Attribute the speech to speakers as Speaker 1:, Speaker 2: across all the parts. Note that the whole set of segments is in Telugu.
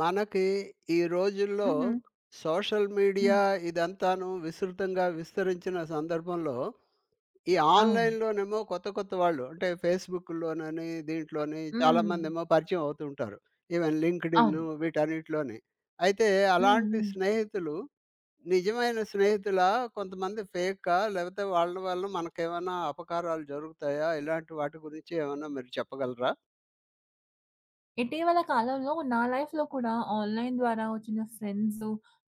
Speaker 1: మనకి ఈ రోజుల్లో
Speaker 2: హుహు.
Speaker 1: సోషల్ మీడియా
Speaker 2: హ్మ్.
Speaker 1: ఇదంతాను విస్తృతంగా విస్తరించిన సందర్భంలో, ఈ
Speaker 2: అవును.
Speaker 1: ఆన్‌లైన్‌లోనేమో కొత్త కొత్త వాళ్ళు అంటే ఫేస్‌బుక్‌లోనని, దీంట్లోని
Speaker 2: హ్మ్.
Speaker 1: చాలామందేమో పరిచయం అవుతూ ఉంటారు. ఈవెన్ లింక్డ్ఇన్
Speaker 2: అవును.
Speaker 1: వీటన్నిటిలోని. అయితే
Speaker 2: హ్మ్.
Speaker 1: అలాంటి
Speaker 2: హ్మ్.
Speaker 1: స్నేహితులు నిజమైన స్నేహితులా? కొంతమంది ఫేకా? లేకపోతే వాళ్ళ వల్ల మనకేమైనా అపకారాలు జరుగుతాయా? ఇలాంటి వాటి గురించి ఏమన్నా మీరు చెప్పగలరా?
Speaker 2: ఇటీవల కాలంలో నా లైఫ్‌లో కూడా ఆన్‌లైన్ ద్వారా వచ్చిన ఫ్రెండ్స్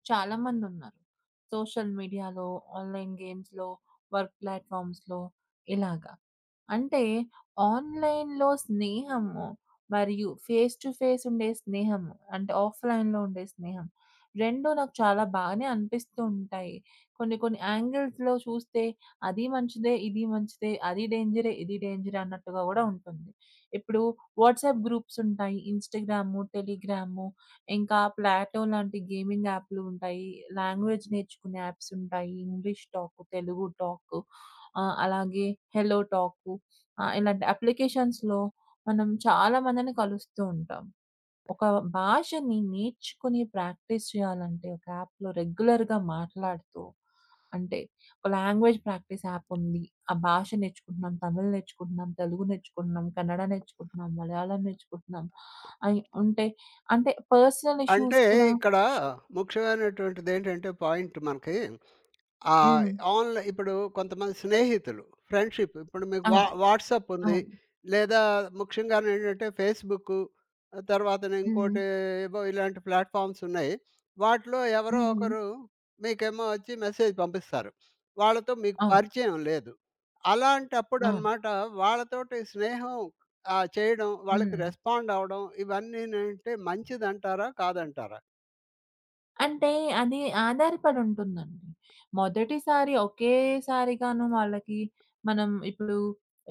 Speaker 2: చాలామందున్నారు. సోషల్ మీడియాలో, ఆన్‌లైన్ గేమ్స్‌లో, వర్క్ ప్లాట్‌ఫార్మ్స్‌లో ఇలాగా. అంటే ఆన్‌లైన్‌లో స్నేహము, మరియు ఫేస్ టు ఫేస్ ఉండే స్నేహము, అంటే ఆఫ్‌లైన్‌లో ఉండే స్నేహం 2 నాకు చాలా బానే అనిపిస్తూ ఉంటాయి. కొన్ని కొన్ని యాంగిల్స్‌లో చూస్తే అది మంచిదే, ఇది మంచిదే, అది డేంజరే, ఇది డేంజరే అన్నట్టుగా గూడా ఉంటుంది. ఇప్పుడు వాట్సాప్ గ్రూప్స్ ఉంటాయి. ఇన్‌స్టాగ్రాము, టెలిగ్రాము, ఇంకా ప్లాటో లాంటి గేమింగ్ యాప్‌లు ఉంటాయి. లాంగ్వేజ్ నేర్చుకునే యాప్స్ ఉంటాయి. ఇంగ్లీష్ టాక్, తెలుగు టాక్, అలాగే హెలో టాకు, ఇలాంటి అప్లికేషన్స్‌లో మనం చాలా మందిని కలుస్తూ ఉంటాం. ఒక భాషని నేర్చుకొని ప్రాక్టీస్ చేయాలంటే ఒక యాప్‌లో రెగ్యులర్‌గా మాట్లాడుతూ, అంటే ఒక లాంగ్వేజ్ ప్రాక్టీస్ యాప్ ఉంది. ఆ భాష నేర్చుకుంటున్నాం, తమిళ్ నేర్చుకుంటున్నాం, తెలుగు నేర్చుకుంటున్నాం, కన్నడ నేర్చుకుంటున్నాం, మలయాళం నేర్చుకుంటున్నాం. అయి ఉంటే అంటే పర్సనల్ ఇష్యూస్
Speaker 1: అంటే
Speaker 2: కూడా.
Speaker 1: ఇక్కడ ముఖ్యమైనటువంటిదేంటంటే పాయింట్ మనకి ఆహ్,
Speaker 2: హ్మ్.
Speaker 1: ఇప్పుడు కొంతమంది స్నేహితులు, ఫ్రెండ్‌షిప్ ఇప్పుడు మీకు
Speaker 2: అవును.
Speaker 1: వాట్సాప్ ఉంది.
Speaker 2: అవును.
Speaker 1: లేదా ముఖ్యంగానేంటంటే ఫేస్‌బుక్కు, తర్వాతన
Speaker 2: హ్మ్.
Speaker 1: ఇంకోటి ఏవో ఇలాంటి ప్లాట్‌ఫామ్స్ ఉన్నాయి. వాటిలో ఎవరో
Speaker 2: హ్మ్.
Speaker 1: ఒకరు మీకేమో వచ్చి మెసేజ్ పంపిస్తారు. వాళ్ళతో మీకు
Speaker 2: అవును.
Speaker 1: పరిచయం లేదు.
Speaker 2: అవును.
Speaker 1: అలాంటప్పుడనమాట వాళ్ళతోటి స్నేహం చేయడం, వాళ్ళకి
Speaker 2: హ్మ్.
Speaker 1: రెస్పాండ్ అవ్వడం ఇవన్నీనంటే మంచిదంటారా? కాదంటారా?
Speaker 2: అంటే అది ఆధారపడి ఉంటుందండి. మొదటిసారి ఒకేసారిగాను వాళ్ళకి మనం ఇప్పుడు,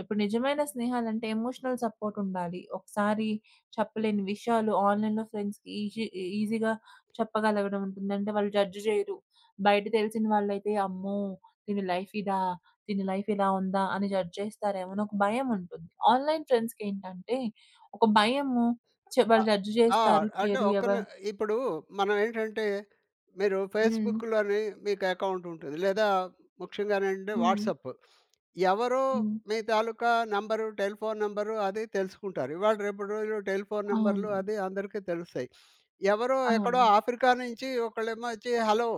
Speaker 2: ఇప్పుడు నిజమైన స్నేహాలంటే ఎమోషనల్ సపోర్ట్ ఉండాలి. ఒకసారి చెప్పలేని విషయాలు ఆన్‌లైన్‌లో ఫ్రెండ్స్‌కి ఈజీగా చెప్పగలగడం ఉంటుంది. అంటే వాళ్ళు జడ్జ్ చేయరు. బయట తెలిసిన వాళ్ళైతే అమ్మో! దీని లైఫ్ ఇదా? దీని లైఫ్ ఇలా ఉందా? అని జడ్జ్ చేస్తారేమో అని ఒక భయం ఉంటుంది. ఆన్‌లైన్ ఫ్రెండ్స్‌కేంటంటే ఒక భయము.
Speaker 1: ఆ!
Speaker 2: వాళ్ళు జడ్జ్
Speaker 1: ఆ!
Speaker 2: చేస్తారు,
Speaker 1: అంటే
Speaker 2: చేయరు,
Speaker 1: ఒక్క
Speaker 2: ఎవరు.
Speaker 1: ని ఇప్పుడు మనం ఏంటంటే, మీరు
Speaker 2: హ్మ్.
Speaker 1: ఫేస్‌బుక్‌లోని మీకు అకౌంట్ ఉంటుంది. లేదా ముఖ్యంగానంటే
Speaker 2: హ్మ్.
Speaker 1: వాట్సాప్. ఎవరో
Speaker 2: హ్మ్.
Speaker 1: మీ తాలూకా నంబరు, టెలిఫోన్ నంబరు అది తెలుసుకుంటారు. ఇవాళ రేపటి రోజుల్లో టెలిఫోన్ నంబర్లు
Speaker 2: అవును.
Speaker 1: అది అందరికీ తెలుస్తాయి. ఎవరో ఎక్కడో
Speaker 2: అవును.
Speaker 1: ఆఫ్రికా నుంచి ఒకళ్ళేమో వచ్చి హలో!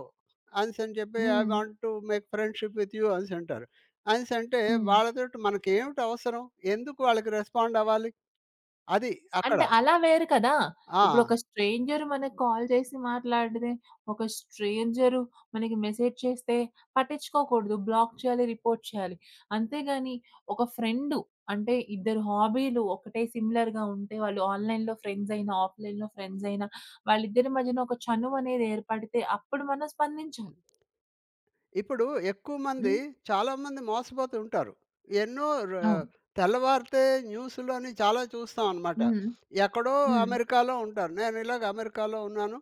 Speaker 1: అనేసని చెప్పి ఐ
Speaker 2: హ్మ్.
Speaker 1: Want to make friendship with you అనేసి అంటారు. అనేసి అంటే
Speaker 2: హ్మ్.
Speaker 1: వాళ్ళతోటి మనకేమిటి అవసరం? ఎందుకు వాళ్ళకి రెస్పాండ్ అవ్వాలి? అది అక్కడ.
Speaker 2: అంటే అలా వేరు కదా!
Speaker 1: ఆ!
Speaker 2: ఇప్పుడు ఒక స్ట్రేంజర్ మనకు కాల్ చేసి మాట్లాడితే, ఒక స్ట్రేంజరు మనకి మెసేజ్ చేస్తే పట్టించుకోకూడదు. బ్లాక్ చేయాలి, రిపోర్ట్ చేయాలి. అంతేగాని ఒక ఫ్రెండు అంటే ఇద్దరు హాబీలు ఒకటే సిమిలర్‌గా ఉంటే వాళ్ళు ఆన్‌లైన్‌లో ఫ్రెండ్స్ అయినా, ఆఫ్‌లైన్‌లో ఫ్రెండ్స్ అయినా వాళ్ళిద్దరి మధ్యన ఒక చనువు అనేది ఏర్పడితే అప్పుడు మనం స్పందించాలి.
Speaker 1: ఇప్పుడు ఎక్కువ మంది,
Speaker 2: హ్మ్.
Speaker 1: చాలామంది మోసపోతూ ఉంటారు. ఎన్నో ర
Speaker 2: అవును.
Speaker 1: తెల్లవారితే న్యూస్‌లోని చాలా చూస్తాం అనమాట.
Speaker 2: హ్మ్.
Speaker 1: ఎక్కడో
Speaker 2: హ్మ్.
Speaker 1: అమెరికాలో ఉంటారు. నేను ఇలాగ అమెరికాలో ఉన్నాను.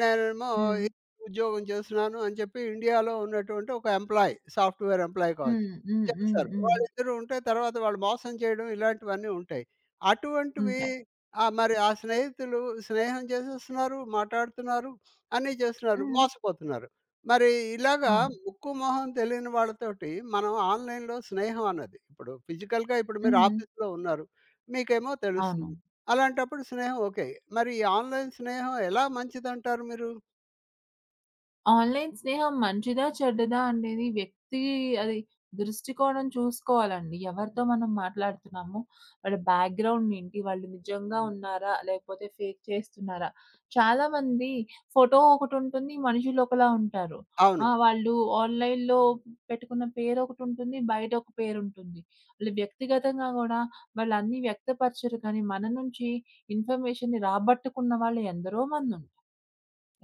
Speaker 1: నేనేమో
Speaker 2: హ్మ్.
Speaker 1: ఈ ఉద్యోగం చేస్తున్నాను అని చెప్పి ఇండియాలో ఉన్నటువంటి ఒక ఎంప్లాయీ, సాఫ్ట్‌వేర్ ఎంప్లాయీ కావచ్చు.
Speaker 2: హ్మ్. హ్మ్. హ్మ్.
Speaker 1: చేస్తారు.
Speaker 2: హ్మ్.
Speaker 1: వాళ్ళిద్దరూ ఉంటే తర్వాత వాళ్ళు మోసం చేయడం ఇలాంటివన్నీ ఉంటాయి. అటువంటివి
Speaker 2: ఉంటాయి.
Speaker 1: ఆ! మరి ఆ స్నేహితులు స్నేహం చేసేస్తున్నారు, మాట్లాడుతున్నారు, అన్నీ చేస్తున్నారు.
Speaker 2: హ్మ్.
Speaker 1: మోసపోతున్నారు. మరి ఇలాగా
Speaker 2: అవును.
Speaker 1: ముక్కు మొహం తెలియని వాళ్ళతోటి మనం ఆన్‌లైన్‌లో స్నేహం అన్నది ఇప్పుడు ఫిజికల్‌గా ఇప్పుడు మీరు
Speaker 2: హ్మ్.
Speaker 1: ఆఫీస్‌లో ఉన్నారు. మీకేమో
Speaker 2: అవును.
Speaker 1: తెలుస్తుంది. అలాంటప్పుడు స్నేహం ఓకే. మరి ఈ ఆన్‌లైన్ స్నేహం ఎలా మంచిదంటారు మీరు?
Speaker 2: ఆన్‌లైన్ స్నేహం మంచిదా? చెడ్డదా? అనేది వ్యక్తి, అది దృష్టికోణం చూసుకోవాలండి. ఎవరితో మనం మాట్లాడుతున్నాము? వాళ్ళ బ్యాక్‌గ్రౌండ్ ఏంటి? వాళ్ళు నిజంగా ఉన్నారా? లేకపోతే ఫేక్ చేస్తున్నారా? చాలామంది ఫోటో ఒకటుంటుంది. మనుషులు ఒకలా ఉంటారు. ఆ!
Speaker 1: అవును.
Speaker 2: వాళ్ళు ఆన్‌లైన్‌లో పెట్టుకున్న పేరొకటుంటుంది. బయట ఒక పేరుంటుంది. వాళ్ళు వ్యక్తిగతంగా గూడా వాళ్ళన్నీ వ్యక్తపరచరు. కానీ మన నుంచి ఇన్ఫర్మేషన్‌ని రాబట్టుకున్న వాళ్ళు ఎందరో మందుం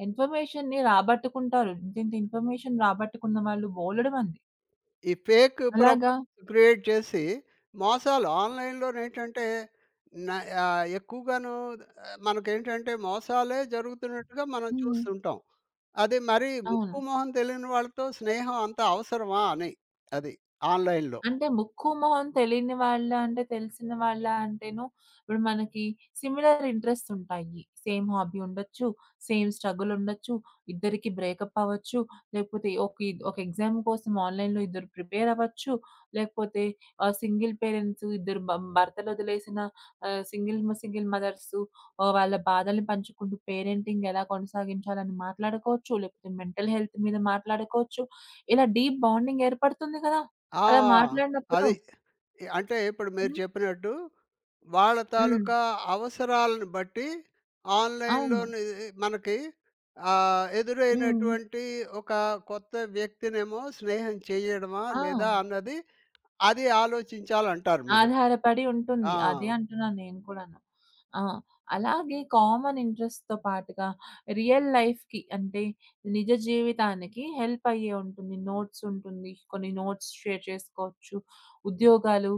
Speaker 2: ఇన్ఫర్మేషన్‌ని రాబట్టుకుంటారు. ఇంతింత ఇన్ఫర్మేషన్ రాబట్టుకున్న వాళ్ళు బోలెడు మంది.
Speaker 1: ఈ ఫేక్
Speaker 2: అలాగా.
Speaker 1: ప్రొఫైల్స్ క్రియేట్ చేసి మోసాలు ఆన్‌లైన్‌లోనేంటంటే న ఎక్కువగాను మనకేంటంటే మోసాలే జరుగుతున్నట్టుగా మనం
Speaker 2: హ్మ్.
Speaker 1: చూస్తుంటాం. అది మరి ముక్కు,
Speaker 2: అవును.
Speaker 1: మొహం తెలియని వాళ్ళతో స్నేహం అంత అవసరమా అని. అది ఆన్‌లైన్‌లో.
Speaker 2: అంటే ముక్కు, మొహం తెలియని వాళ్ళ అంటే తెలిసిన వాళ్ళ అంటేను ఇప్పుడు మనకి సిమిలర్ ఇంట్రెస్ట్స్ ఉంటాయి. సేమ్ హాబీ ఉండొచ్చు, సేమ్ స్ట్రగుల్ ఉండొచ్చు, ఇద్దరికీ బ్రేకప్ అవ్వచ్చు, లేకపోతే ఒక ఎగ్జామ్ కోసం ఆన్‌లైన్‌లో ఇద్దరు ప్రిపేర్ అవ్వచ్చు, లేకపోతే సింగిల్ పేరెంట్స్ ఇద్దరు, భర్తలొదిలేసిన ఆహ్, సింగిల్ మ సింగిల్ మదర్సు, వాళ్ళ బాధల్ని పంచుకుంటూ పేరెంటింగ్ ఎలా కొనసాగించాలని మాట్లాడుకోవచ్చు, లేకపోతే మెంటల్ హెల్త్ మీద మాట్లాడుకోవచ్చు. ఇలా డీప్ బాండింగ్ ఏర్పడుతుంది కదా!
Speaker 1: ఆ!
Speaker 2: అలా మాట్లాడినప్పుడు.
Speaker 1: అది. అంటే ఇప్పుడు మీరు
Speaker 2: హ్మ్.
Speaker 1: చెప్పినట్టు, వాళ్ళ
Speaker 2: హ్మ్.
Speaker 1: తాలూకా అవసరాలను బట్టి
Speaker 2: అవును.
Speaker 1: ఆన్‌లైన్‌లోని మనకి
Speaker 2: హ్మ్.
Speaker 1: ఎదురైనటువంటి ఒక కొత్త వ్యక్తినేమో స్నేహం చేయడమా?
Speaker 2: ఆ!
Speaker 1: లేదా? అన్నది అది ఆలోచించాలంటారు మీరు.
Speaker 2: ఆధారపడి ఉంటుంది. అదే
Speaker 1: ఆ!
Speaker 2: అంటున్నాను నేను కూడాను. ఆ! అలాగే కామన్ ఇంట్రెస్ట్‌తో పాటుగా రియల్ లైఫ్‌కి అంటే నిజ జీవితానికి హెల్ప్ అయ్యే ఉంటుంది. నోట్స్ ఉంటుంది. కొన్ని నోట్స్ షేర్ చేసుకోవచ్చు. ఉద్యోగాలు,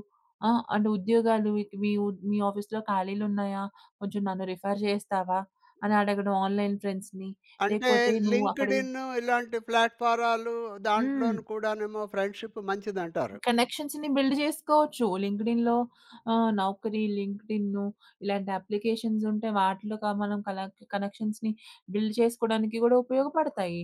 Speaker 2: ఆ! అంటే ఉద్యోగాలు, మీ ఆఫీస్‌లో ఖాళీలు ఉన్నాయా? కొంచెం నన్ను రిఫర్ చేస్తావా? అని అడగడం ఆన్‌లైన్ ఫ్రెండ్స్‌ని.
Speaker 1: అంటే
Speaker 2: లేకపోతే నువ్వు అక్కడి.
Speaker 1: లింక్డ్ఇన్ ఇలాంటి ప్లాట్‌ఫారాలు
Speaker 2: హ్మ్.
Speaker 1: దాంట్లోను కూడానేమో ఫ్రెండ్‌షిప్ మంచిదంటారు.
Speaker 2: కనెక్షన్స్‌ని బిల్డ్ జేసుకోవచ్చు. లింక్డ్ఇన్‌లో, నౌకరీ, లింక్డ్ఇన్ను ఇలాంటి అప్లికేషన్స్ ఉంటే వాటిలో క మనం కలెక్ కనెక్షన్స్‌ని బిల్డ్ చేసుకోవడానికి గూడా ఉపయోగపడతాయి.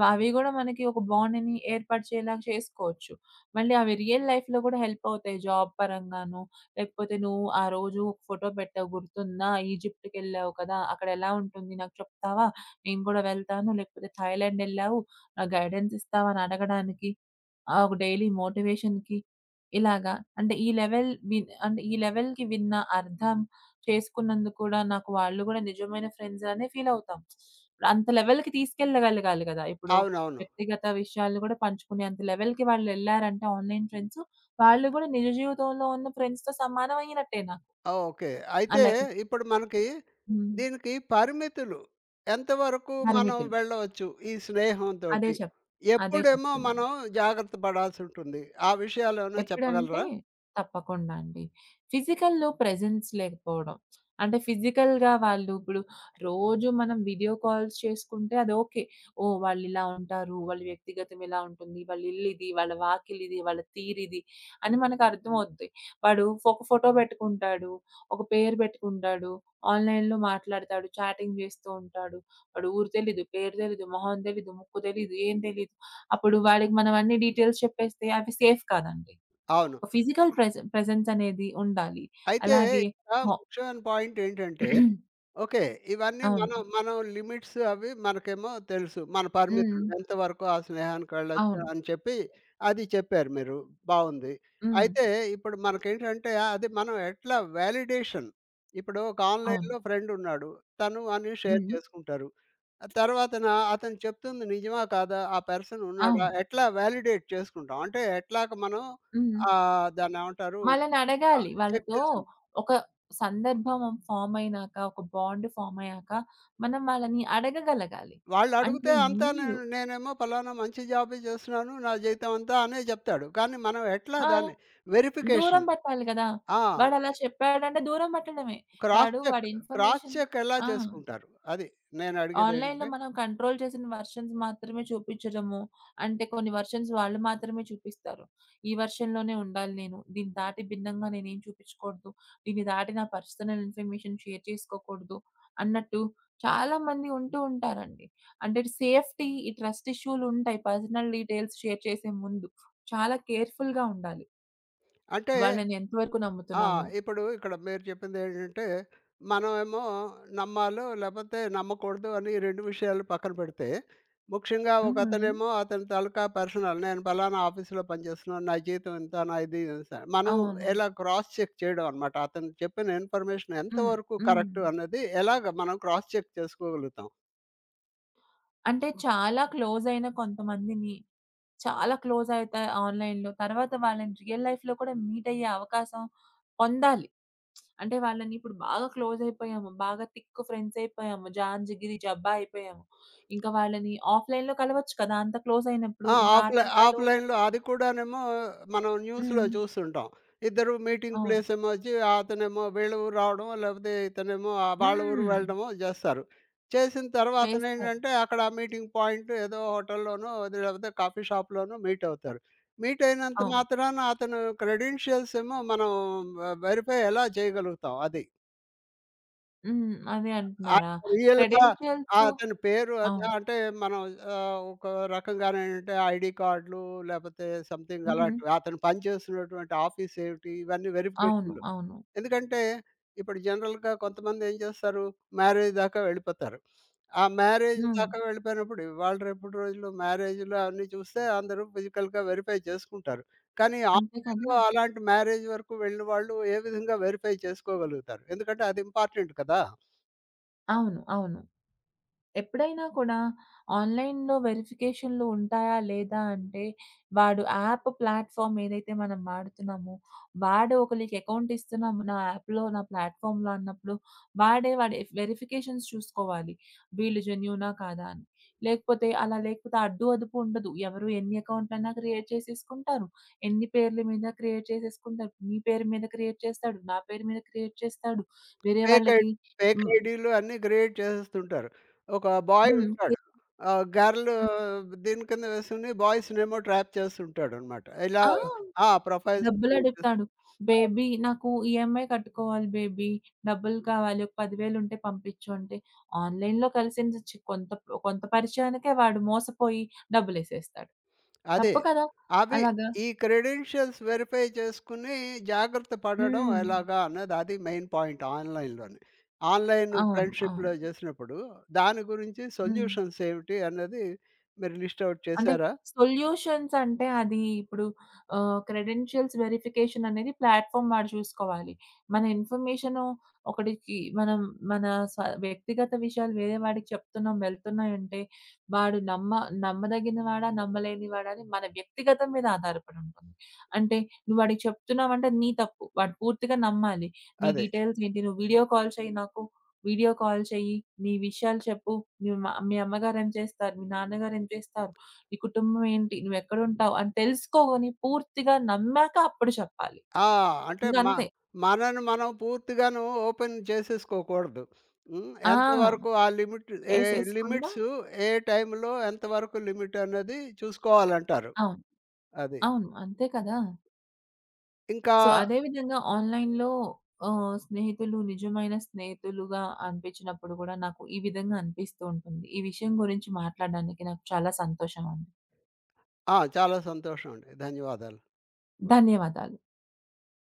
Speaker 2: అవి గూడా మనకి ఒక బాండ్‌ని ఏర్పాటు చేయేలాగా చేసుకోవచ్చు. మళ్ళీ అవి రియల్ లైఫ్‌లో గూడా హెల్ప్ అవుతాయి. జాబ్ పరంగాను, లేకపోతే నువ్వు ఆ రోజు ఒక ఫోటో పెట్టావు గుర్తుందా? ఈజిప్ట్‌కెళ్ళావు కదా! అక్కడ ఎలా ఉంటుంది? నాకు చెప్తావా? నేను గూడా వెళ్తాను. లేకపోతే థాయిలాండ్ ఎళ్ళావు. నాకు గైడెన్స్ ఇస్తావా? అని అడగడానికి. ఆ! ఒక డైలీ మోటివేషన్‌కి ఇలాగా. అంటే ఈ లెవెల్‌కి విన్న అర్థం చేసుకున్నందుకు కూడా నాకు వాళ్ళు కూడా నిజమైన ఫ్రెండ్స్ అనే ఫీల్ అవుతాం. ఇప్పుడు అంత లెవెల్‌కి తీసుకెళ్ళగలగాలి కదా! ఇప్పుడు
Speaker 1: అవునవును.
Speaker 2: వ్యక్తిగత విషయాలు కూడా పంచుకునే అంత లెవెల్‌కి వాళ్ళు ఎళ్లారంటే ఆన్‌లైన్ ఫ్రెండ్స్, వాళ్ళు కూడా నిజ జీవితంలో ఉన్న ఫ్రెండ్స్‌తో సమానం అయినట్టే నాకు.
Speaker 1: ఓకే.
Speaker 2: ఆ
Speaker 1: అయితే
Speaker 2: లెక్కకి.
Speaker 1: ఇప్పుడు మనకి
Speaker 2: హ్మ్.
Speaker 1: దీనికి పరిమితులు ఎంతవరకు మనం
Speaker 2: పరిమితులు.
Speaker 1: వెళ్ళవచ్చు ఈ
Speaker 2: అదే
Speaker 1: స్నేహంతోటి?
Speaker 2: చెప్ అదే
Speaker 1: ఎప్పుడేమో
Speaker 2: చెప్తున్నా.
Speaker 1: మనం జాగ్రత్త పడాల్సుంటుంది. ఆ విషయాలేమైనా
Speaker 2: ఎప్పుడంటే
Speaker 1: చెప్పగలరా?
Speaker 2: తప్పకుండా అండి. ఫిజికల్‌లో ప్రెజెన్స్ లేకపోవడం. అంటే ఫిజికల్‌గా వాళ్ళు ఇప్పుడు రోజు మనం వీడియో కాల్స్ చేసుకుంటే అది ఓకే. ఓహ్! వాళ్ళిలా ఉంటారు. వాళ్ళ వ్యక్తిగతం ఇలా ఉంటుంది. వాళ్ళ ఇల్లిది, వాళ్ళ వాకిలిది, వాళ్ళ తీరిది అని మనకు అర్థమవుద్ది. వాడు ఒక ఫోటో పెట్టుకుంటాడు. ఒక పేరు పెట్టుకుంటాడు. ఆన్‌లైన్‌లో మాట్లాడతాడు. చాటింగ్ చేస్తూ ఉంటాడు. వాడు ఊరు తెలీదు, పేరు తెలీదు, మొహం తెలీదు, ముక్కు తెలీదు, ఏం తెలీదు. అప్పుడు వాడికి మనం అన్ని డీటెయిల్స్ చెప్పేస్తే అవి సేఫ్ కాదండి.
Speaker 1: అవును.
Speaker 2: ఫిజికల్ ప్రెజ ప్రెజెన్స్ అనేది ఉండాలి.
Speaker 1: అయితే
Speaker 2: అలాగే.
Speaker 1: ఇక్కడ
Speaker 2: హా.
Speaker 1: ముఖ్యమైన పాయింట్ ఏంటంటే ఓకే. ఇవన్నీ మనం
Speaker 2: అవును.
Speaker 1: మనం లిమిట్స్ అవి మనకేమో తెలుసు. మన
Speaker 2: హ్మ్.
Speaker 1: పరిమితులు ఎంతవరకు ఆ స్నేహానికెళ్ళొచ్చు
Speaker 2: అవును.
Speaker 1: అని చెప్పి అది చెప్పారు మీరు. బావుంది.
Speaker 2: హ్మ్.
Speaker 1: అయితే ఇప్పుడు మనకేంటంటే అది మనం ఎట్లా వాలిడేషన్ ఇప్పుడు ఒక
Speaker 2: అవును.
Speaker 1: ఆన్‌లైన్‌లో ఫ్రెండున్నాడు. తను అన్ని షేర్
Speaker 2: హ్మ్.
Speaker 1: చేసుకుంటారు. ఆ తర్వాతన అతను చెప్తుంది నిజమా? కాదా? ఆ పర్సన్ ఉన్నాడా?
Speaker 2: అవును.
Speaker 1: ఎట్లా వాలిడేట్ చేసుకుంటాం? అంటే ఎట్లాగ మనం
Speaker 2: హ్మ్.
Speaker 1: దాన్నేమంటారు?
Speaker 2: వాళ్ళనడగాలి.
Speaker 1: చెక్
Speaker 2: వాళ్ళతో
Speaker 1: చేసుకుంటాం.
Speaker 2: ఒక సందర్భం ఫార్మ్ అయినాక, ఒక బాండ్ ఫార్మ్ అయ్యాక మనం వాళ్ళని అడగగలగాలి.
Speaker 1: వాళ్ళు
Speaker 2: అంటే
Speaker 1: అడిగితే అంతా
Speaker 2: మీరు.
Speaker 1: నేనేమో ఫలానా మంచి జాబే చేస్తున్నాను. నా జీవితం అంతా అనే చెప్తాడు. కానీ మనం ఎట్లా
Speaker 2: ఆ!
Speaker 1: దాన్ని
Speaker 2: దూరం
Speaker 1: వెరిఫికేషన్
Speaker 2: పట్టాలి కదా!
Speaker 1: ఆ!
Speaker 2: వాడలా చెప్పాడంటే దూరం పట్టడమే.
Speaker 1: క్రాస్
Speaker 2: వాడు
Speaker 1: చెక్,
Speaker 2: వాడి
Speaker 1: క్రాస్
Speaker 2: ఇన్ఫర్మేషన్.
Speaker 1: చెక్ ఎలా
Speaker 2: ఆ!
Speaker 1: చేసుకుంటారు? అది నేను
Speaker 2: ఆన్‌లైన్‌లో
Speaker 1: అడిగేదేంటంటే
Speaker 2: మనం కంట్రోల్ చేసిన వెర్షన్స్ మాత్రమే చూపించడము. అంటే కొన్ని వెర్షన్స్ వాళ్ళు మాత్రమే చూపిస్తారు. ఈ వెర్షన్‌లోనే ఉండాలి నేను. దీన్ని దాటి భిన్నంగా నేనేం చూపించకూడదు. దీన్ని దాటి నా పర్సనల్ ఇన్ఫర్మేషన్ షేర్ చేసుకోకూడదు అన్నట్టు చాలామంది ఉంటూ ఉంటారండి. అంటే సేఫ్టీ ఈ ట్రస్ట్ ఇష్యూలుంటాయి. పర్సనల్ డీటెయిల్స్ షేర్ చేసే ముందు చాలా కేర్‌ఫుల్‌గా ఉండాలి.
Speaker 1: అంటే
Speaker 2: వాళ్ళని ఎంతవరకు
Speaker 1: ఆ!
Speaker 2: నమ్ముతున్నామో.
Speaker 1: ఇప్పుడు ఇక్కడ మీరు చెప్పిందేంటంటే, మనమేమో నమ్మాలో లేపోతే నమ్మకూడదు అని 2 విషయాలు పక్కన పెడితే, ముఖ్యంగా
Speaker 2: హుహు.
Speaker 1: ఒకతనేమో అతని తాలూకా పర్సనల్ నేను పలానా ఆఫీస్‌లో పనిచేస్తున్నాను. నా జీతం ఇంత, నా ఇది ఇంత. మనం
Speaker 2: అవును.
Speaker 1: ఎలా క్రాస్ చెక్ చేయడం అనమాట. అతను చెప్పిన ఇన్ఫర్మేషన్
Speaker 2: హ్మ్.
Speaker 1: ఎంతవరకు
Speaker 2: హ్మ్.
Speaker 1: కరెక్ట్ అన్నది ఎలాగ మనం క్రాస్ చెక్ చేసుకోగలుగుతాం.
Speaker 2: అంటే చాలా క్లోజ్ అయిన కొంతమందిని, చాలా క్లోజ్ అయితా ఆన్‌లైన్‌లో. తర్వాత వాళ్ళని రియల్ లైఫ్‌లో కూడా మీట్ అయ్యే అవకాశం పొందాలి. అంటే వాళ్ళని ఇప్పుడు బాగా క్లోజ్ అయిపోయాము. బాగా థిక్ ఫ్రెండ్స్ అయిపోయాము. జాన్, జిగిరి, జబ్బా అయిపోయాము. ఇంకా వాళ్ళని ఆఫ్‌లైన్‌లో కలవచ్చు కదా! అంత క్లోజ్ అయినప్పుడు.
Speaker 1: ఆ!
Speaker 2: ఇంకా ఆటంకాలు.
Speaker 1: ఆఫ్‌లైన్‌లో అది కూడానేమో మనం న్యూస్‌లో
Speaker 2: హ్మ్.
Speaker 1: చూస్తుంటాం. ఇద్దరు మీటింగ్
Speaker 2: అవును.
Speaker 1: ప్లేస్ ఏమో వచ్చి అతనేమో వీళ్ళ ఊరు రావడమో, లేకపోతే ఇతనేమో వాళ్ళ ఊరు
Speaker 2: హ్మ్.
Speaker 1: వెళ్ళడమో జేస్తారు. చేసిన
Speaker 2: చేస్తారు.
Speaker 1: తర్వాతనేంటంటే అక్కడ ఆ మీటింగ్ పాయింట్ ఏదో హోటల్‌లోనో, అది లేకపోతే కాఫీ షాప్‌లోనో మీట్ అవుతారు. మీట్ అయినంత
Speaker 2: అవును.
Speaker 1: మాత్రాన అతను క్రెడెన్షియల్స్ ఏమో మనం వెరిఫై ఎలా చేయగలుగుతాం? అది.
Speaker 2: హ్మ్. అదే అంటున్నారా?
Speaker 1: ఆయన రియల్‌గా ఆ!
Speaker 2: క్రెడెన్షియల్స్.
Speaker 1: అతని పేరు అది
Speaker 2: అవును.
Speaker 1: అంటే మనం ఒక రకంగానేంటంటే ఐడీ కార్డులు లేపోతే సంథింగ్
Speaker 2: హుహు.
Speaker 1: అలాంటివి. అతను పనిచేస్తున్నటువంటి ఆఫీస్ ఏమిటి ఇవన్నీ
Speaker 2: అవును.
Speaker 1: వెరిఫికేషన్‌లు.
Speaker 2: అవును.
Speaker 1: ఎందుకంటే ఇప్పుడు జనరల్‌గా కొంతమంది ఏం చేస్తారు మ్యారేజ్ దాకా వెళ్ళిపోతారు. ఆ మ్యారేజ్
Speaker 2: హ్మ్.
Speaker 1: దాకా వెళ్ళిపోయినప్పుడు ఇవాళ రేపటి రోజుల్లో మ్యారేజ్‌లు అవన్నీ చూస్తే అందరూ ఫిజికల్‌గా వెరిఫై చేసుకుంటారు. కానీ
Speaker 2: అంతే
Speaker 1: ఆన్‌లైన్‌లో
Speaker 2: కదా!
Speaker 1: అలాంటి మ్యారేజ్ వరకు వెళ్ళిన వాళ్ళు ఏ విధంగా వెరిఫై చేసుకోగలుగుతారు? ఎందుకంటే అది ఇంపార్టెంట్ కదా!
Speaker 2: అవును. అవును. ఎప్పుడైనా కూడా ఆన్‌లైన్‌లో వెరిఫికేషన్‌లు ఉంటాయా? లేదా? అంటే వాడు యాప్ ప్లాట్‌ఫార్మ్ ఏదైతే మనం వాడుతున్నామో, వాడు ఒకళ్ళకి అకౌంట్ ఇస్తున్నాం నా యాప్‌లో, నా ప్లాట్‌ఫార్మ్‌లో అన్నప్పుడు, వాడే వాడి వెరిఫికేషన్స్ చూసుకోవాలి. వీళ్ళు జెన్యూనా? కాదా? అని. లేకపోతే, అలా లేకపోతే అడ్డు అదుపు ఉండదు. ఎవరు ఎన్ని అకౌంట్లైనా క్రియేట్ చేసేసుకుంటారు. ఎన్ని పేర్ల మీద క్రియేట్ చేసేసుకుంటారు. నీ పేరు మీద క్రియేట్ చేస్తాడు. నా పేరు మీద క్రియేట్ చేస్తాడు. వేరే
Speaker 1: ఫేక్ ఐ
Speaker 2: వాళ్ళకి.
Speaker 1: ఫేక్
Speaker 2: హ్మ్.
Speaker 1: ఐడీలు అన్నీ క్రియేట్ చేసేస్తుంటారు. ఒక బాయ్
Speaker 2: హ్మ్.
Speaker 1: ఉంటాడు. గర్ల్
Speaker 2: హ్మ్.
Speaker 1: దీని కింద వేసుకొని బాయ్స్‌నేమో ట్రాప్ చేస్తుంటాడనమాట. ఇలా
Speaker 2: ఆ!
Speaker 1: ఆ! ప్రొఫైల్స్ క్రియేట్ చేస్తుంటాడు.
Speaker 2: డబ్బులడుగుతాడు. "బేబీ, నాకు ఈఎంఐ కట్టుకోవాలి బేబీ. డబ్బులు కావాలి. ఒక 10,000 ఉంటే పంపించు" అంటే ఆన్‌లైన్‌లో కలిసిన చి కొంత కొంత పరిచయానికే వాడు మోసపోయి డబ్బులేసేస్తాడు.
Speaker 1: అదే.
Speaker 2: తప్పు కదా!
Speaker 1: అవి
Speaker 2: అలాగా.
Speaker 1: ఈ క్రెడెన్షియల్స్ వెరిఫై చేసుకొని జాగ్రత్త పడడం
Speaker 2: హ్మ్.
Speaker 1: ఎలాగా అన్నది అది మెయిన్ పాయింట్ ఆన్‌లైన్‌లోని. ఆన్‌లైన్
Speaker 2: అవును. అవును.
Speaker 1: ఫ్రెండ్‌షిప్‌లో చేసినప్పుడు దాని గురించి
Speaker 2: హ్మ్.
Speaker 1: సొల్యూషన్స్ ఏమిటి అన్నది మీరు లిస్ట్ ఔట్
Speaker 2: అంటే
Speaker 1: చేసారా?
Speaker 2: సొల్యూషన్స్ అంటే అది ఇప్పుడు క్రెడెన్షియల్స్ వెరిఫికేషన్ అనేది ప్లాట్‌ఫార్మ్ వాడు చూసుకోవాలి. మన ఇన్ఫర్మేషను ఒకడికి మనం, మన స వ్యక్తిగత విషయాలు వేరే వాడికి చెప్తున్నాం, వెళ్తున్నాయంటే, వాడు నమ్మ నమ్మదగిన వాడా? నమ్మలేనివాడా? అని మన వ్యక్తిగతం మీద ఆధారపడి ఉంటుంది. అంటే నువ్వు వాడికి చెప్తున్నావంటే అది నీ తప్పు. వాడు పూర్తిగా నమ్మాలి. నీ
Speaker 1: అదే.
Speaker 2: డీటెయిల్స్ ఏంటి? నువ్వు వీడియో కాల్ చెయ్యి నాకు. వీడియో కాల్ చెయ్యి. నీ విషయాలు చెప్పు. మీ అమ్మగారేం చేస్తారు? మీ నాన్నగారేం చేస్తారు? నీ కుటుంబం ఏంటి? నువ్వెక్కడుంటావు? అని తెలుసుకోని పూర్తిగా నమ్మాక అప్పుడు చెప్పాలి.
Speaker 1: ఆ! అంటే
Speaker 2: ఇంకంతే.
Speaker 1: మనని మనం పూర్తిగాను ఓపెన్ చేసేసుకోకూడదు. హ్మ్.
Speaker 2: ఆ!
Speaker 1: ఎంతవరకు ఆ లిమిట్
Speaker 2: చేసేసుకుండా.
Speaker 1: లిమిట్స్ ఏ టైంలో ఎంతవరకు లిమిట్ అన్నది చూసుకోవాలంటారు.
Speaker 2: అవును.
Speaker 1: అది.
Speaker 2: అవును. అంతే కదా!
Speaker 1: ఇంకా
Speaker 2: సో, అదే విధంగా ఆన్‌లైన్‌లో స్నేహితులు నిజమైన స్నేహితులుగా అనిపించినప్పుడు కూడా నాకు ఈ విధంగా అనిపిస్తూ ఉంటుంది. ఈ విషయం గురించి మాట్లాడడానికి నాకు చాలా సంతోషం అండి.
Speaker 1: ఆ! చాలా సంతోషం అండి. ధన్యవాదాలు.
Speaker 2: ధన్యవాదాలు.